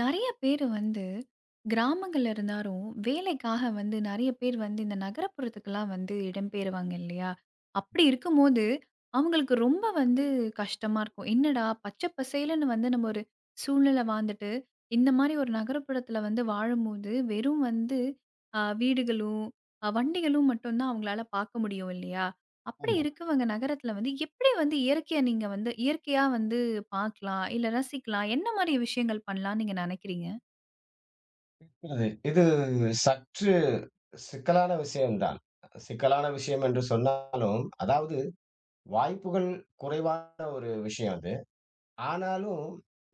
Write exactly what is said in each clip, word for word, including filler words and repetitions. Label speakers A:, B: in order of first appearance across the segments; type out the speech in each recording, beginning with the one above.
A: நெறைய பேரு வந்து கிராமங்கள்ல இருந்தாலும், வேலைக்காக வந்து நெறைய பேர் வந்து இந்த நகரப்புறத்துக்குலாம் வந்து இடம்பெயருவாங்க இல்லையா? அப்படி இருக்கும்போது, அவங்களுக்கு ரொம்ப வந்து கஷ்டமா இருக்கும். என்னடா பச்சை பசேலுன்னு வந்து நம்ம ஒரு சூழ்நிலை வாழ்ந்துட்டு, இந்த மாரி ஒரு நகரப்புறத்துல வந்து வாழும்போது, வெறும் வந்து அ வீடுகளும், அ வண்டிகளும் மட்டும் தான் அவங்களால பார்க்க முடியும் இல்லையா? அப்படி
B: ஆமா.
A: இருக்கவங்க நகரத்துல வந்து எப்படி வந்து இயற்கைய நீங்க வந்து இயற்கையா வந்து பார்க்கலாம், இல்ல ரசிக்கலாம், என்ன மாரி விஷயங்கள் பண்ணலாம்னு நீங்க நெனைக்கிறீங்க?
B: புரியுது. இது சற்று சிக்கலான விஷயம்தான். சிக்கலான விஷயம் என்று சொன்னாலும், அதாவது வாய்ப்புகள் குறைவான ஒரு விஷயம் அது. ஆனாலும்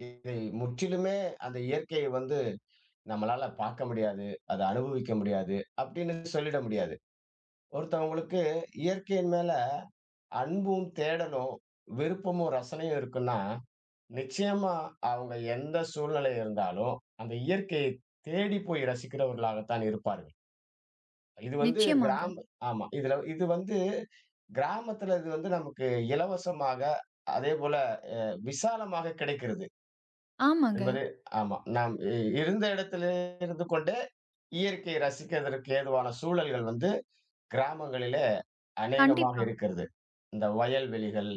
B: இதை முற்றிலுமே அந்த இயற்கையை வந்து நம்மளால பார்க்க முடியாது. அத அனுபவிக்க முடியாது அப்படின்னு சொல்லிட முடியாது. ஒருத்தவங்களுக்கு இயற்கையின் மேல அன்பும், தேடலும், விருப்பமும், ரசனையும் இருக்குன்னா, நிச்சயமா அவங்க எந்த சூழ்நிலை இருந்தாலும் அந்த இயற்கையை தேடி போய் ரசிக்கிறவர்களாகத்தான் இருப்பார்கள். இது வந்து
A: நிச்சயமாங்க.
B: கிராம ஆமா. இதுல இது வந்து கிராமத்துல இது வந்து நமக்கு இலவசமாக, அதேபோல விசாலமாக கிடைக்கிறது
A: ஆமாங்க.
B: என்பது ஆமா. நாம் இ இருந்த இடத்திலே இருந்து கொண்டே இயற்கையை ரசிக்கிறதற்கு ஏதுவான சூழல்கள் வந்து கிராமங்களிலே அநேகமாக
A: கண்டிப்பா.
B: இருக்கிறது. இந்த வயல்வெளிகள்,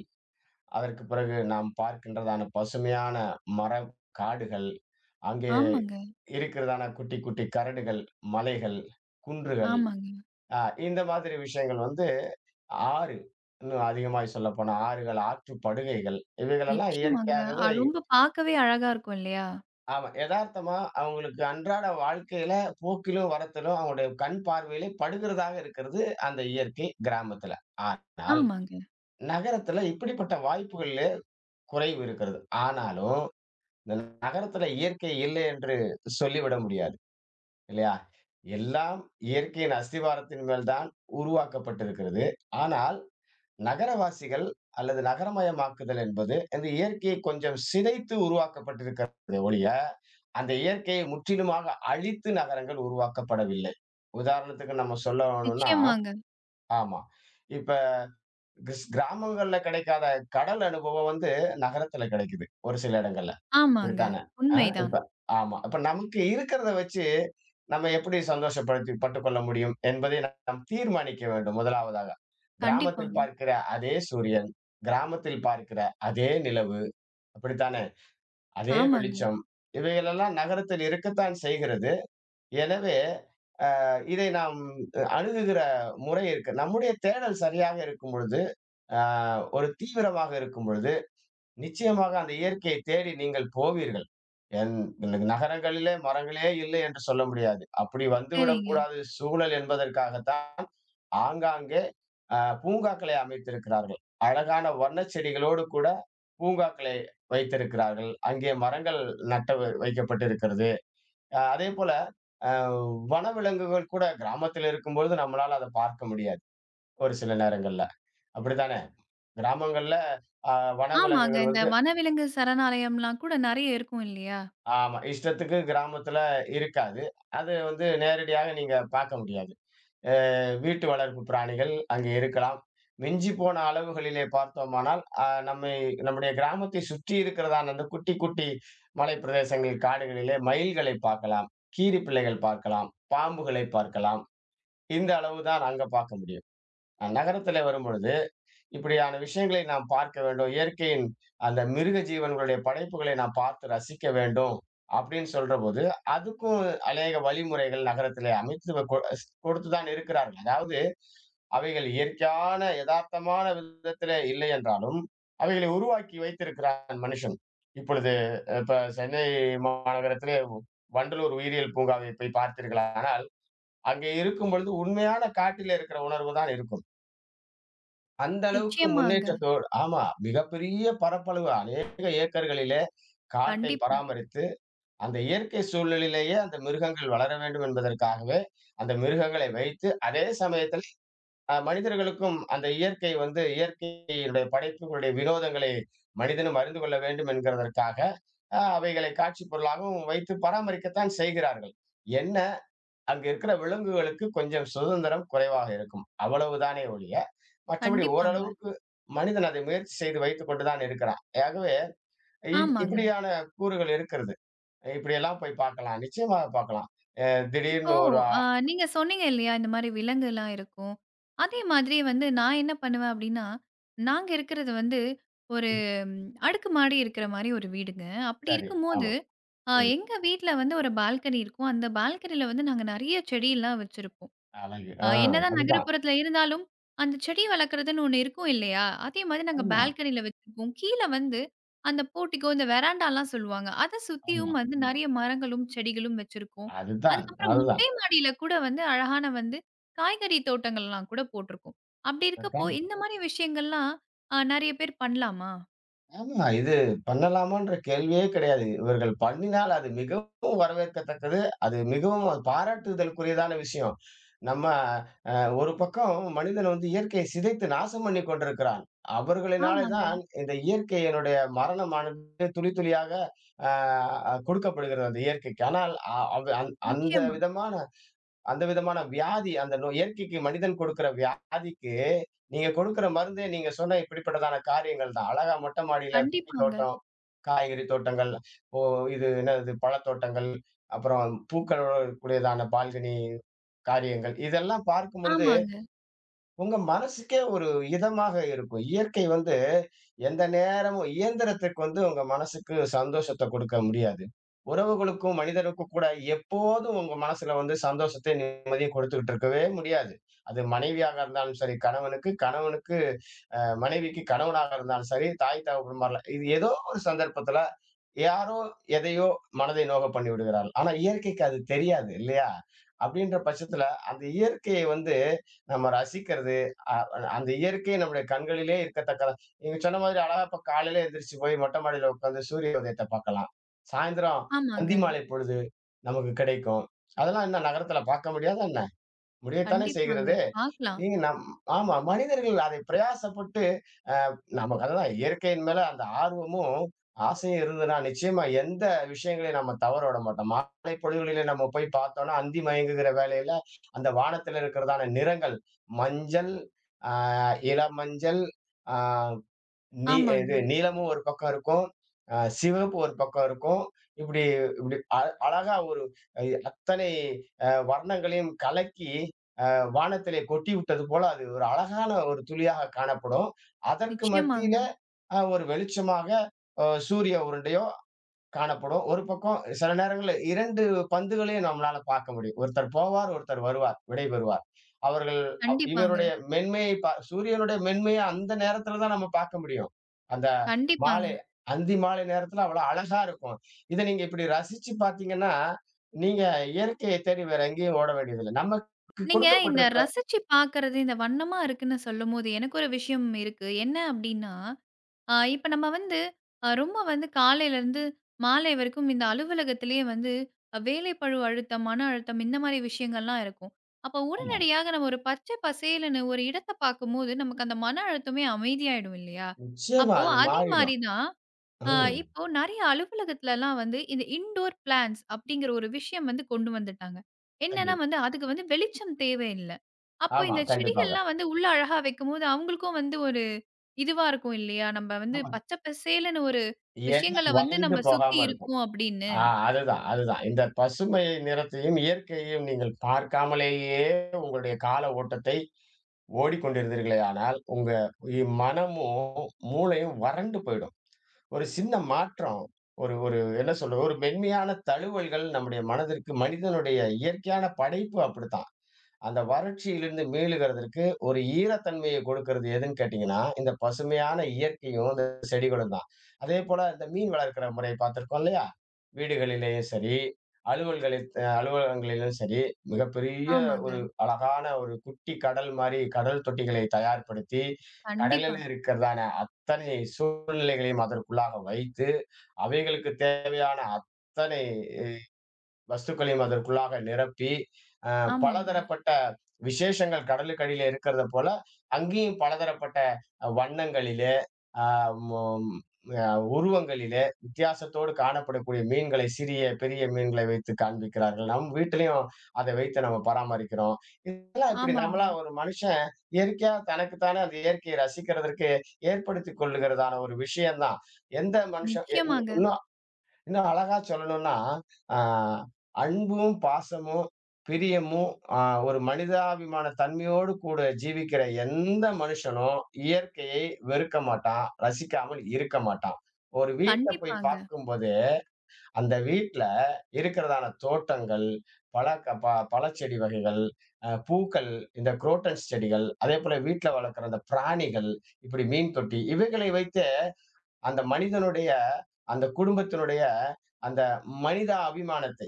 B: அதற்கு பிறகு நாம் பார்க்கின்றதான பசுமையான மரம், காடுகள், அங்கே
A: ஆமாங்க,
B: இருக்கிறதான குட்டி, குட்டி கரடுகள், மலைகள், குன்றுகள்,
A: ஆமாங்க.
B: அ இந்த மாதிரி விஷயங்கள் வந்து ஆறு. இன்னும் அதிகமாய் சொல்லப்போனா ஆறுகள், ஆற்றுப் படுகைகள் இவைகளெல்லாம்
A: நிச்சயமாங்க. அ
B: இயற்கையாகவே
A: ரொம்ப பார்க்கவே அழகா இருக்கும் இல்லையா?
B: ஆமா. எதார்த்தமா அவங்களுக்கு அன்றாட வாழ்க்கையில போக்கிலும், வரத்திலும் அவங்களுடைய கண் பார்வையிலே படுகிறதாக இருக்கிறது அந்த இயற்கை கிராமத்துல. ஆனால்
A: ஆமாங்க.
B: நகரத்துல இப்படிப்பட்ட வாய்ப்புகளிலே குறைவு இருக்கிறது. ஆனாலும் இந்த நகரத்துல இயற்கை இல்லை என்று சொல்லிவிட முடியாது. இல்லையா? எல்லாம் இயற்கையின் அஸ்திவாரத்தின் மேல் தான் உருவாக்கப்பட்டிருக்கிறது. ஆனால் நகரவாசிகள் அல்லது நகரமயமாக்குதல் என்பது இந்த இயற்கையை கொஞ்சம் சிதைத்து உருவாக்கப்பட்டிருக்கிறது ஒழிய அந்த இயற்கையை முற்றிலுமாக அழித்து நகரங்கள் உருவாக்கப்படவில்லை. உதாரணத்துக்கு நம்ம சொல்லணும்னா
A: நிச்சயமாங்க.
B: ஆமா. இப்ப கிஸ் கிராமங்கள்ல கிடைக்காத கடல் அனுபவம் வந்து நகரத்துல கிடைக்குது. ஒரு சில இடங்கள்ல.
A: ஆமாங்க.
B: அப்படித்தானே? ஆ
A: உண்மைதான்.
B: இப்ப ஆமா. இப்ப நமக்கு இருக்கிறத வச்சு நம்ம எப்படி சந்தோஷப்படுத்தி பட்டுக்கொள்ள முடியும் என்பதை நா- நாம் தீர்மானிக்க வேண்டும் முதலாவதாக. கிராமத்தில்
A: கண்டிப்பாங்க.
B: பார்க்கிற அதே சூரியன், கிராமத்தில் பார்க்கிற அதே நிலவு, அப்படித்தானே? அதே
A: ஆமாங்க.
B: வெளிச்சம் இவைகளெல்லாம் நகரத்தில் இருக்கத்தான் செய்கிறது. எனவே இதை நாம் அணுகுகிற முறை இருக்கு. நம்முடைய தேடல் சரியாக இருக்கும் பொழுது, அ ஒரு தீவிரமாக இருக்கும் பொழுது, நிச்சயமாக அந்த இயற்கையை தேடி நீங்கள் போவீர்கள். என் நகரங்களிலே மரங்களே இல்லை என்று சொல்ல முடியாது. அப்படி
A: சரிங்க.
B: வந்துவிடக்கூடாது சூழல் என்பதற்காகத்தான் ஆங்காங்கே அ பூங்காக்களை அமைத்திருக்கிறார்கள். அழகான வண்ணச் செடிகளோடு கூட பூங்காக்களை வைத்திருக்கிறார்கள். அங்கே மரங்கள் நட்டு வைக்கப்பட்டிருக்கிறது. அ அதேபோல, அ வனவிலங்குகள் கூட கிராமத்தில இருக்கும்பொழுது நம்மளால அத பார்க்க முடியாது. ஒரு சில நேரங்கள்ல. அப்படித்தானே? கிராமங்கள்ல அ
A: ஆமாங்க.
B: வனவிலங்குகள்
A: இந்த
B: வந்து
A: வனவிலங்கு சரணாலயம்லாம் கூட நெறைய இருக்கும் இல்லையா?
B: ஆமா. இஷ்டத்துக்கு கிராமத்தில இருக்காது. அது வந்து நேரடியாக நீங்க பார்க்க முடியாது. அ வீட்டு வளர்ப்பு பிராணிகள் அங்கே இருக்கலாம். மிஞ்சி போன அளவுகளிலே பார்த்தோமானால், அ நம்மை நம்முடைய கிராமத்தை சுற்றி இருக்கிறதான அந்த குட்டி, குட்டி மலை பிரதேசங்கள், காடுகளிலே மயில்களை பார்க்கலாம். கீரிப்பிள்ளைகள் பார்க்கலாம். பாம்புகளை பார்க்கலாம். இந்த அளவு தான் அங்க பார்க்க முடியும். நகரத்திலே வரும்பொழுது, இப்படியான விஷயங்களை நாம் பார்க்க வேண்டும். இயற்கையின் அந்த மிருக ஜீவன்களுடைய படைப்புகளை நாம் பார்த்து ரசிக்க வேண்டும். அப்படின்னு சொல்றபோது, அதுக்கும் அநேக வழிமுறைகள் நகரத்திலே அமைத்து கொ ஸ் கொடுத்து தான் இருக்கிறார்கள். அதாவது, அவைகள் இயற்கையான எதார்த்தமான விதத்திலே இல்லை என்றாலும், அவைகளை உருவாக்கி வைத்திருக்கிறான் மனுஷன். இப்பொழுது இப்ப சென்னை மாநகரத்திலே வண்டலூர் உயிரியல் பூங்காவை போய் பார்த்தீர்களானால், அங்கே இருக்கும் பொழுது உண்மையான காட்டில இருக்கிற உணர்வு தான் இருக்கும். அந்த அளவுக்கு
A: நிச்சயமாங்க.
B: முன்னேற்றத்தோடு ஆமா. மிகப்பெரிய பரப்பளவு அநேக ஏக்கர்களிலே காட்டை
A: கண்டிப்பா,
B: பராமரித்து, அந்த இயற்கை சூழலிலேயே அந்த மிருகங்கள் வளர வேண்டும் என்பதற்காகவே, அந்த மிருகங்களை வைத்து அதே சமயத்தில் அ மனிதர்களுக்கும் அந்த இயற்கை வந்து இயற்கையினுடைய படைப்புகளுடைய வினோதங்களை மனிதனும் அறிந்து கொள்ள வேண்டும் என்கிறதற்காக, அ அவைகளை காட்சி பொருளாகவும் வைத்து பராமரிக்கத்தான் செய்கிறார்கள். என்ன அங்க இருக்கிற விலங்குகளுக்கு கொஞ்சம் சுதந்திரம் குறைவாக இருக்கும். அவ்வளவுதானே ஒழிய, மற்றபடி
A: கண்டிப்பாங்க.
B: ஓரளவுக்கு மனிதன் அதை முயற்சி செய்து வைத்துக் கொண்டு தான் இருக்கிறான். ஆகவே இ
A: ஆமாங்க.
B: இப்படியான கூறுகள் இருக்கிறது. இப்படியெல்லாம் போய் பார்க்கலாம். நிச்சயமாக பார்க்கலாம். அ
A: இப்போ
B: திடீர்னு ஒரு அ
A: அ நீங்க சொன்னீங்க இல்லையா? இந்த மாரி விலங்குலாம் இருக்கும். அதே மாதிரி வந்து நான் என்ன பண்ணுவேன் அப்டின்னா, நாங்க இருக்கிறது வந்து ஒரு அடுக்குமாடி இருக்கிற மாரி ஒரு வீடுங்க. அப்படி
B: சரி.
A: இருக்கும்போது,
B: ஆமா.
A: அ
B: ம்.
A: எங்க வீட்ல வந்து ஒரு பால்கனி இருக்கும். அந்த பால்கனில வந்து நாங்க நெறைய செடியெல்லாம் வச்சிருப்போம்.
B: அழகு.
A: அ
B: ஆ
A: என்னதான்
B: அதுதான்.
A: நகரப்புறத்துல இருந்தாலும், அந்த செடி வளர்க்குறதுன்னு ஒண்ணு இருக்கும் இல்லையா? அதே மாதிரி நாங்க
B: ஆமா,
A: பால்கனில வச்சிருக்கோம். கீழ வந்து அந்த போர்டிகோ, இந்த வெராண்டாலாம் சொல்லுவாங்க. அத
B: ஆமா.
A: சுத்தியும் வந்து நெறைய மரங்களும், செடிகளும் வச்சிருக்கோம்.
B: அதுதான்,
A: அதுக்கப்புறம்
B: அதுதான்.
A: மொட்டை மாடியில கூட வந்து அழகான வந்து காய்கறி தோட்டங்கள்லாம் கூட போட்டிருக்கோம். அப்படி இருக்கப்போ, இந்த மாரி விஷயங்கள்லாம் அ நெறைய பேர் பண்ணலாமா?
B: ஆமா. இது பண்ணலாமான்ற கேள்வியே கிடையாது. இவர்கள் பண்ணினால் அது மிகவும் வரவேற்கத்தக்கது. அது மிகவும் அது பாராட்டுதலுக்குரியதான விஷயம். நம்ம அ ஒரு பக்கம் மனிதன் வந்து இயற்கையை சிதைத்து நாசம் பண்ணிக் கொண்டிருக்கிறான். அவர்களினாலே
A: ஆமாங்க.
B: தான் இந்த இயற்கையினுடைய மரணமானது துளி துளியாக அ கொடுக்கப்படுகிறது அந்த இயற்கைக்கு. ஆனால் அ அவ் அந் அந்த
A: நிச்சயமா.
B: விதமான அந்த விதமான வியாதி, அந்த நோய் இயற்கைக்கு மனிதன் கொடுக்கிற வியாதிக்கு, நீங்க கொடுக்கிற மருந்தே நீங்க சொன்ன இப்படிப்பட்டதான காரியங்கள் தான். அழகா மொட்டை மாடியில குட்டி
A: கண்டிப்பாங்க.
B: தோட்டம், காய்கறி தோட்டங்கள், ஓ இது என்னது பழத்தோட்டங்கள், அப்புறம் பூக்களோட கூடியதான பால்கனி காரியங்கள். இதெல்லாம் பார்க்கும் பொழுது
A: ஆமாங்க,
B: உங்க மனசுக்கே ஒரு இதமாக இருக்கும். இயற்கை வந்து எந்த நேரமும் இயந்திரத்துக்கு வந்து உங்க மனசுக்கு சந்தோஷத்த கொடுக்க முடியாது. உறவுகளுக்கும், மனிதனுக்கும் கூட எப்போதும் உங்க மனசுல வந்து சந்தோஷத்தையும், நிம்மதியும் குடுத்துக்கிட்டு இருக்கவே முடியாது. அது மனைவியாக இருந்தாலும் சரி, கணவனுக்கு கணவனுக்கு அ மனைவிக்கு கணவனாக இருந்தாலும் சரி, தாய் தகப்பன்மார்ல இது ஏதோ ஒரு சந்தர்ப்பத்துல யாரோ எதையோ மனதை நோக பண்ணிவிடுகிறாள். ஆனா இயற்கைக்கு அது தெரியாது இல்லையா? அப்படின்ற பட்சத்துல அந்த இயற்கையை வந்து நம்ம ரசிக்கிறது, அ அந்த இயற்கை நம்முடைய கண்களிலே இருக்கத்தக்கதா நீங்க சொன்ன மாதிரி அழகா இப்ப காலையில எந்திரிச்சு போய் மொட்டை மாடியில உட்கார்ந்து சூரிய உதயத்த பார்க்கலாம். சாயந்தரம் அந்தி
A: ஆமாங்க.
B: மாலை பொழுது நமக்கு கிடைக்கும். அதெல்லாம் என்ன நகரத்துல பார்க்க முடியாதா என்ன? முடியத்தானே செய்கிறது.
A: கண்டிப்பாங்க. பார்க்கலாம்.
B: நீங்க நம் ஆமா. மனிதர்கள் அதை பிரயாசப்பட்டு, அ நமக்கு அதுதான் இயற்கையின் மேல அந்த ஆர்வமும், ஆசையும் இருந்ததுன்னா, நிச்சயமா எந்த விஷயங்களையும் நம்ம தவற விட மாட்டோம். மாலை பொழுதுகளிலே நம்ம போய் பார்த்தோம்னா, அந்தி மயங்குகிற வேளையில, அந்த வானத்தில இருக்கிறதான நிறங்கள், மஞ்சள், அ இளம் மஞ்சள், அ நீ
A: ஆமாங்க.
B: இது நீலமும் ஒரு பக்கம் இருக்கும். அ சிவப்பு ஒரு பக்கம் இருக்கும். இப்படி இப்படி அ அழகா ஒரு அ அத்தனை அ வர்ணங்களையும் கலக்கி வானத்திலே கொட்டி விட்டது போல அது ஒரு அழகான ஒரு துளியாக காணப்படும். அதற்கு
A: நிச்சயமாங்க.
B: மத்தியில அ ஒரு வெளிச்சமாக அ சூரிய உருண்டையோ காணப்படும். ஒரு பக்கம் சில நேரங்கள்ல இரண்டு பந்துகளையும் நம்மளால பார்க்க முடியும். ஒருத்தர் போவார், ஒருத்தர் வருவார், விடைபெறுவார். அவர்கள் அவ்
A: கண்டிப்பாங்க,
B: இவருடைய மென்மையை பா சூரியனுடைய மென்மைய அந்த நேரத்தில தான் நம்ம பார்க்க முடியும். அந்த
A: கண்டிப்பாங்க.
B: மாலை அந்தி மாலை நேரத்தில அவ்வளோ அழகா இருக்கும். இத நீங்க இப்படி ரசிச்சு பார்த்தீங்கன்னா, நீங்க இயற்கையை தேடி வேற எங்கேயும் ஓட வேண்டியதில்ல. நமக்கு
A: நீங்க இந்த
B: கொடுக்கப்பட்டிருக்கிற
A: ரசிச்சு பார்க்கறது, இந்த வண்ணமா இருக்குன்னு சொல்லும்போது, எனக்கு ஒரு விஷயம் இருக்கு. என்ன அப்டின்னா, அ இப்ப நம்ம வந்து அ ரொம்ப வந்து காலையிலருந்து மாலை வரைக்கும் இந்த அலுவலகத்திலேயே வந்து ஆஹ் வேலைப்பழு அழுத்தம், மன அழுத்தம் இந்த மாரி விஷயங்கள்லாம் இருக்கும். அப்போ
B: ஆமா.
A: உடனடியாக நம்ம ஒரு பச்சை பசேல்ன்னு ஒரு இடத்த பார்க்கும்போது, நமக்கு அந்த மன அழுத்தமே அமைதியாயிடும் இல்லையா?
B: நிச்சயமா
A: அப்போ
B: அது
A: அதே
B: மாறிடும்.
A: மாரி தான் ஆ,
B: ம்.
A: இப்போ நெறைய அலுவலகத்துலலாம் வந்து இந்த இன்டோர் பிளான்ட்ஸ் அப்படிங்கிற ஒரு விஷயம் வந்து கொண்டு வந்துட்டாங்க.
B: சரி.
A: என்னன்னா வந்து அதுக்கு வந்து வெளிச்சம் தேவையில்ல. அப்போ
B: ஆமா,
A: இந்த
B: கண்டிப்பாக.
A: செடிகள்லாம் வந்து உள்ள அழகா வைக்கும்போது அவங்களுக்கும் வந்து ஒரு இதுவா இருக்கும் இல்லையா? நம்ம வந்து
B: ஆமா.
A: பச்சை பசேலுன்னு ஒரு
B: எண்ணம்
A: விஷயங்கள வந்து
B: வறண்டு
A: நம்ம சுத்தி
B: போகாம இருக்கும்.
A: இருக்கோம் அப்படின்னு.
B: ஆ அதுதான், அதுதான். இந்த பசுமை நிறத்தையும், இயற்கையையும் நீங்கள் பார்க்காமலேயே உங்களுடைய கால ஓட்டத்தை ஓடிக்கொண்டிருந்தீர்களேயானால், உங்க இ மனமும், மூளையும் வறண்டு போயிடும். ஒரு சின்ன மாற்றம், ஒரு ஒரு என்ன சொல்றது? ஒரு மென்மையான தழுவல்கள் நம்முடைய மனதிற்கு மனிதனுடைய இயற்கையான படைப்பு அப்படித்தான். அந்த வறட்சியிலிருந்து மீளுகிறதற்கு ஒரு ஈரத்தன்மையை கொடுக்கிறது எதுன்னு கேட்டீங்கன்னா, இந்த பசுமையான இயற்கையும், இந்த செடிகளும் தான். அதேபோல இந்த மீன் வளர்க்கிற முறைய பார்த்திருக்கோம் இல்லையா? வீடுகளிலேயும் சரி, அலுவல்களில் அ அலுவலகங்களிலும் சரி, மிகப்பெரிய
A: ஆமாங்க.
B: ஒரு அழகான ஒரு குட்டி கடல் மாரி கடல் தொட்டிகளை தயார்படுத்தி,
A: கண்டிப்பா.
B: கடலில இருக்கிறதான அத்தனை சூழ்நிலைகளையும் அதற்குள்ளாக வைத்து, அவைகளுக்கு தேவையான அத்தனை இ வஸ்துக்களையும் அதற்குள்ளாக நிரப்பி அஹ்
A: ஆமாங்க,
B: பலதரப்பட்ட விசேஷங்கள் கடலுக்கடியில இருக்கிறத போல அங்கேயும் பலதரப்பட்ட வண்ணங்களிலே ஆஹ் மொ- ஆஹ் உருவங்களிலே வித்தியாசத்தோடு காணப்படக்கூடிய மீன்களை சிறிய பெரிய மீன்களை வைத்து காண்பிக்கிறார்கள் நம் வீட்டிலையும் அதை வைத்து நம்ம பராமரிக்கிறோம் இதெல்லாம் இப்படி
A: ஆமாங்க.
B: நம்மளா ஒரு மனுஷன் இயற்கையா தனக்குத்தானே அந்த இயற்கையை ரசிக்கிறதற்கு ஏற்படுத்தி கொள்ளுகிறதான ஒரு விஷயம்தான் எந்த மனுஷன் எ-
A: நிச்சயமாங்க.
B: இன்னும் இன்னும் அழகா சொல்லணும்னா, ஆ அன்பும், பாசமும், பிரியமும், ஆ ஒரு மனிதாபிமான தன்மையோடு கூட ஜீவிக்கிற எந்த மனுஷனும் இயற்கையை வெறுக்க மாட்டான், ரசிக்காமல் இருக்க மாட்டான். ஒரு வீட்ட போய்
A: கண்டிப்பாங்க.
B: பார்க்கும்போது, அந்த வீட்ல இருக்கிறதான தோட்டங்கள், பல க ப பழச்செடி வகைகள், அ பூக்கள், இந்த குரோட்டன்ஸ் செடிகள், அதேபோல வீட்ல வளர்க்கிற அந்த பிராணிகள், இப்படி மீன் தொட்டி இவைகளை வைத்து அந்த மனிதனுடைய அந்த குடும்பத்தினுடைய அந்த மனித அபிமானத்தை,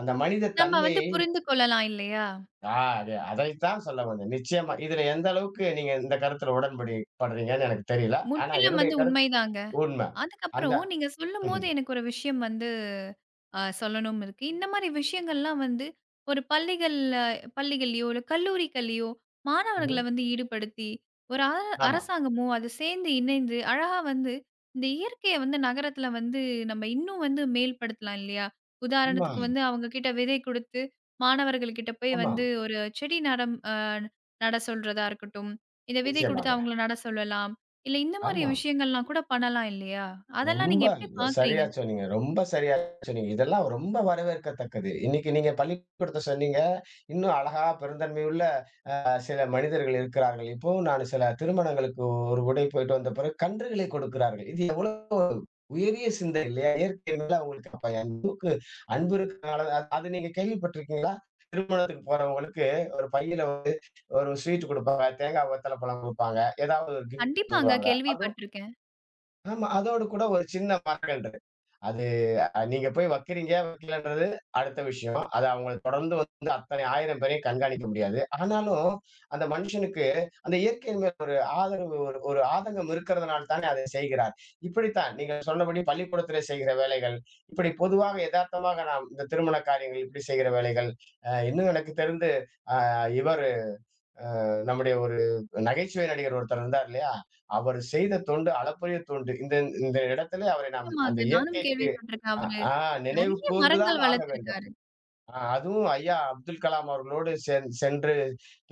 B: அந்த மனித
A: நம்ம வந்து
B: தன்மையை
A: புரிந்து கொள்ளலாம் இல்லையா?
B: ஆ அது அதைத்தான் சொல்ல வந்தேன். நிச்சயமா. இதுல எந்த அளவுக்கு நீங்க இந்த கருத்துல உடன்படி படுறீங்கன்னு எனக்கு தெரியல. ஆனா
A: முற்றிலும்
B: என்னுடைய
A: வந்து
B: கருத்து
A: உண்மைதாங்க.
B: உண்ம. அந்த
A: அதுக்கப்புறம் நீங்க சொல்லும்போது
B: ம்ஹ்ம்,
A: எனக்கு ஒரு விஷயம் வந்து அ சொல்லணும் இருக்கு. இந்த மாரி விஷயங்கள்லாம் வந்து ஒரு பள்ளிகள்ல பள்ளிகள்லயோ, இல்ல கல்லூரிகள்லயோ மாணவர்கள
B: ம்ஹ்ம்.
A: வந்து ஈடுபடுத்தி, ஒரு அர
B: ஆமா,
A: அரசாங்கமும் அது சேர்ந்து இணைந்து அழகா வந்து இந்த இயற்கைய வந்து நகரத்துல வந்து நம்ம இன்னும் வந்து மேல்படுத்தலாம் இல்லையா?
B: ஆமா,
A: உதாரணத்துக்கு வந்து அவங்க கிட்ட விதை குடுத்து, மாணவர்கள் கிட்ட போய்
B: ஆமாம்.
A: வந்து ஒரு செடி நடம் அ நட சொல்றதா இருக்கட்டும். இந்த விதை குடுத்து
B: நிச்சயமாக.
A: அவங்கள நட சொல்லலாம். இல்ல இந்த மாரி
B: ஆமாம்.
A: விஷயங்கள்லாம் கூட பண்ணலாம் இல்லையா? அதெல்லாம்
B: ரொம்ப
A: நீங்க எப்படி
B: சரியா
A: பார்க்குறீங்க?
B: சொன்னீங்க. ரொம்ப சரியா சொன்னீங்க. இதெல்லாம் ரொம்ப வரவேற்கத்தக்கது. இன்னைக்கு நீங்க பள்ளிக்கூடத்த சொன்னீங்க. இன்னும் அழகா பெருந்தன்மையுள்ள சில மனிதர்கள் இருக்கிறார்கள். இப்பவும் நான் சில திருமணங்களுக்கு ஒரு முறை போயிட்டு வந்த பிறகு கன்றுகளை கொடுக்கிறார்கள். இது எவ்வளவு உயரிய சிந்தை இல்லையா? இயற்கை மேல அவங்களுக்கு அப்ப அன்புக்கு அன்பு இருக்கனால அது அது நீங்க கேள்விப்பட்டிருக்கீங்களா? திருமணத்துக்கு போறவங்களுக்கு ஒரு பையில வந்து ஒரு ஸ்வீட் குடுப்பாங்க. தேங்காய், வெத்தல பழம் குடுப்பாங்க. ஏதாவது ஒரு கிஃப்ட்
A: கண்டிப்பாங்க
B: தருவாங்க. அது
A: கேள்விப்பட்டுருக்கேன்.
B: ஆமா. அதோடு கூட ஒரு சின்ன மரக்கன்று. அது அ நீங்க போய் வைக்கிறீங்க, வைக்கலன்றது அடுத்த விஷயம். அது அவங்கள தொடர்ந்து வந்து அத்தனை ஆயிரம் பேரையும் கண்காணிக்க முடியாது. ஆனாலும், அந்த மனுஷனுக்கு அந்த இயற்கையின் மேல் ஒரு ஆதரவு ஒரு ஒரு ஆதங்கம் இருக்கிறதுனால தானே அதை செய்கிறார். இப்படித்தான் நீங்க சொன்னபடி பள்ளிக்கூடத்திலே செய்கிற வேலைகள், இப்படி பொதுவாக எதார்த்தமாக நாம் இந்த திருமண காரியங்கள் இப்படி செய்கிற வேலைகள், அ இன்னும் எனக்கு தெரிந்து அ இவர் நம்முடைய ஒரு நகைச்சுவை நடிகர் ஒருத்தர் இருந்தார் இல்லையா? அவர் செய்த தொண்டு அளப்பரிய தொண்டு. இந்த இந்த இடத்திலே அவரை நாம் அந்த
A: நிச்சயமாங்க. நானும்
B: இயற்கைக்கு
A: கேள்விப்பட்டுருக்கேன்.
B: அ
A: அவரு
B: ஆ நினைவு
A: நெறைய
B: கூர்ந்து தான்
A: மரங்கள்
B: ஆக வேண்டும்.
A: வளர்த்திருக்காரு.
B: ஆ அதுவும் ஐயா அப்துல் கலாம் அவர்களோடு சென் சென்று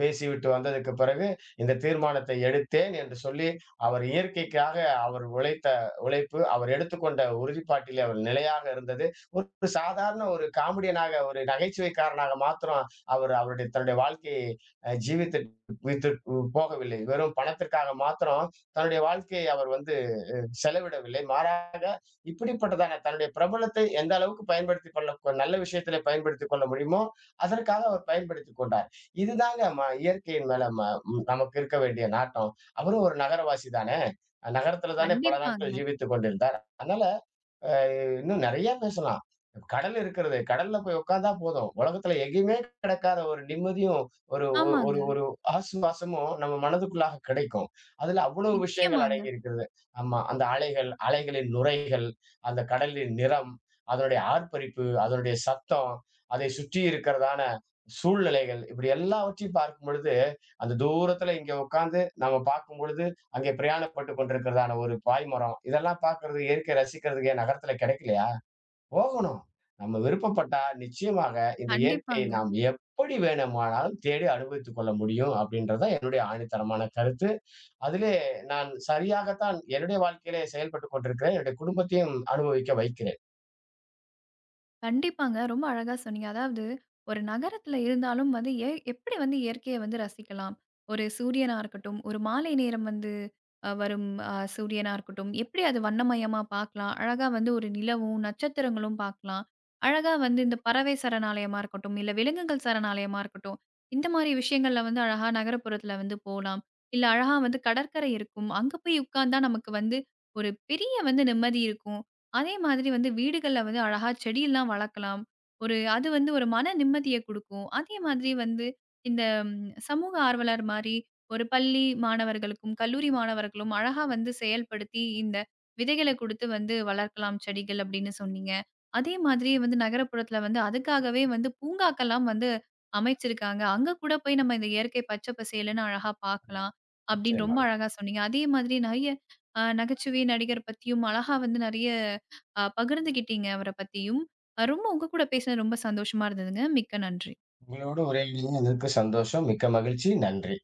B: பேசிவிட்டு வந்ததற்கு பிறகு, இந்த தீர்மானத்தை எடுத்தேன் என்று சொல்லி, அவர் இயற்கைக்காக அவர் உழைத்த உழைப்பு, அவர் எடுத்துக்கொண்ட உறுதிப்பாட்டிலே அவர் நிலையாக இருந்தது. ஒரு ஒரு சாதாரண ஒரு காமெடியனாக, ஒரு நகைச்சுவைக்காரனாக மாத்திரம் அவர் அவருடைய தன்னுடைய வாழ்க்கையை அ ஜீவித்து வித்து போகவில்லை. வெறும் பணத்திற்காக மாத்திரம் தன்னுடைய வாழ்க்கையை அவர் வந்து செலவிடவில்லை மாறாக இப்படிப்பட்டதான தன்னுடைய பிரபலத்தை எந்த அளவுக்கு பயன்படுத்தி கொள்ள நல்ல விஷயத்துல பயன்படுத்தி கொள்ள முடியுமோ அதற்காக அவர் பயன்படுத்தி கொண்டார் இதுதாங்க ம- இயற்கையின் மேல ம- ம், நமக்கு இருக்க வேண்டிய நாட்டம் அவரும் ஒரு நகரவாசி தானே நகரத்துல தானே பல நாட்கள்
A: கண்டிப்பாங்க.
B: ஜீவித்துக் கொண்டிருந்தார் அதனால அ இன்னும் நெறைய பேசலாம். கடல் இருக்கிறது. கடல்ல போய் உட்கார்ந்தா போதும். உலகத்துல எங்கேயுமே கிடைக்காத ஒரு நிம்மதியும், ஒரு ஒ ஒரு
A: ஆமாங்க.
B: ஒரு ஆசுவாசமும் நம்ம மனதுக்குள்ளாக கிடைக்கும். அதுல அவ்வளவு விஷயங்கள்
A: நிச்சயமாங்க.
B: அடங்கி இருக்கிறது. ஆமா. அந்த அலைகள், அலைகளின் நுரைகள், அந்த கடலின் நிறம், அதனுடைய ஆர்ப்பரிப்பு, அதனுடைய சத்தம், அதை சுற்றி இருக்கிறதான சூழ்நிலைகள், இப்படி எல்லாவற்றையும் பார்க்கும் பொழுது, அந்த தூரத்துல இங்க உட்கார்ந்து நாம பார்க்கும் பொழுது அங்கே பிரயாணப்பட்டு கொண்டிருக்கிறதான ஒரு பாய்மரம், இதெல்லாம் பார்க்கிறது, இயற்கைய ரசிக்கிறதுக்கு ஏன் நகரத்துல கிடைக்கலையா? போகணும். நம்ம விருப்பப்பட்டா நிச்சயமாக இந்த இயற்கையை
A: கண்டிப்பாங்க.
B: நாம் எப்படி வேணுமானாலும் தேடி அனுபவித்துக் கொள்ள முடியும் அப்படின்றது தான் என்னுடைய ஆணித்தனமான கருத்து. அதிலே நான் சரியாகத்தான் என்னுடைய வாழ்க்கையிலே செயல்பட்டுக் கொண்டிருக்கிறேன். என்னுடைய குடும்பத்தையும் அனுபவிக்க வைக்கிறேன்.
A: கண்டிப்பாங்க. ரொம்ப அழகா சொன்னீங்க. அதாவது ஒரு நகரத்துல இருந்தாலும் வந்து எ எப்படி வந்து இயற்கைய வந்து ரசிக்கலாம்? ஒரு சூரியனா இருக்கட்டும், ஒரு மாலை நேரம் வந்து அ வரும் அ சூரியனா இருக்கட்டும், எப்படி அது வண்ணமயமா பார்க்கலாம்? அழகா வந்து ஒரு நிலவும், நட்சத்திரங்களும் பார்க்கலாம். அழகா வந்து இந்த பறவை சரணாலயமா இருக்கட்டும், இல்ல விலங்குகள் சரணாலயமா இருக்கட்டும், இந்த மாரி விஷயங்கள்ல வந்து அழகா நகரப்புறத்துல வந்து போலாம். இல்ல அழகா வந்து கடற்கரை இருக்கும். அங்க போய் உட்கார்ந்தா நமக்கு வந்து ஒரு பெரிய வந்து நிம்மதி இருக்கும். அதே மாதிரி வந்து வீடுகள்ல வந்து அழகா செடியெல்லாம் வளர்க்கலாம். ஒரு அது வந்து ஒரு மன நிம்மதிய குடுக்கும். அதே மாதிரி வந்து இந்த ம் சமூக ஆர்வலர் மாரி ஒரு பள்ளி மாணவர்களுக்கும், கல்லூரி மாணவர்களும் அழகா வந்து செயல்படுத்தி இந்த விதைகள குடுத்து வந்து வளர்க்கலாம் செடிகள் அப்படின்னு சொன்னீங்க. அதே மாதிரி வந்து நகரப்புறத்துல வந்து அதுக்காகவே வந்து பூங்காக்கள்லாம் வந்து அமைச்சிருக்காங்க. அங்க கூட போய் நம்ம இந்த இயற்கை பச்சை பசேல்ன்னு அழகா பார்க்கலாம் அப்படின்னு ரொம்ப
B: நிச்சயமாக.
A: அழகா சொன்னீங்க. அதே மாதிரி நெறைய அ நகைச்சுவை நடிகர் பத்தியும் அழகா வந்து நெறைய அ பகிர்ந்துகிட்டீங்க அவர பத்தியும். அ ரொம்ப உங்க கூட பேசினது ரொம்ப சந்தோஷமா இருந்ததுங்க. மிக்க நன்றி.
B: உங்களோடு உரையாடியதில் எனக்கு சந்தோஷம். மிக்க மகிழ்ச்சி. நன்றி.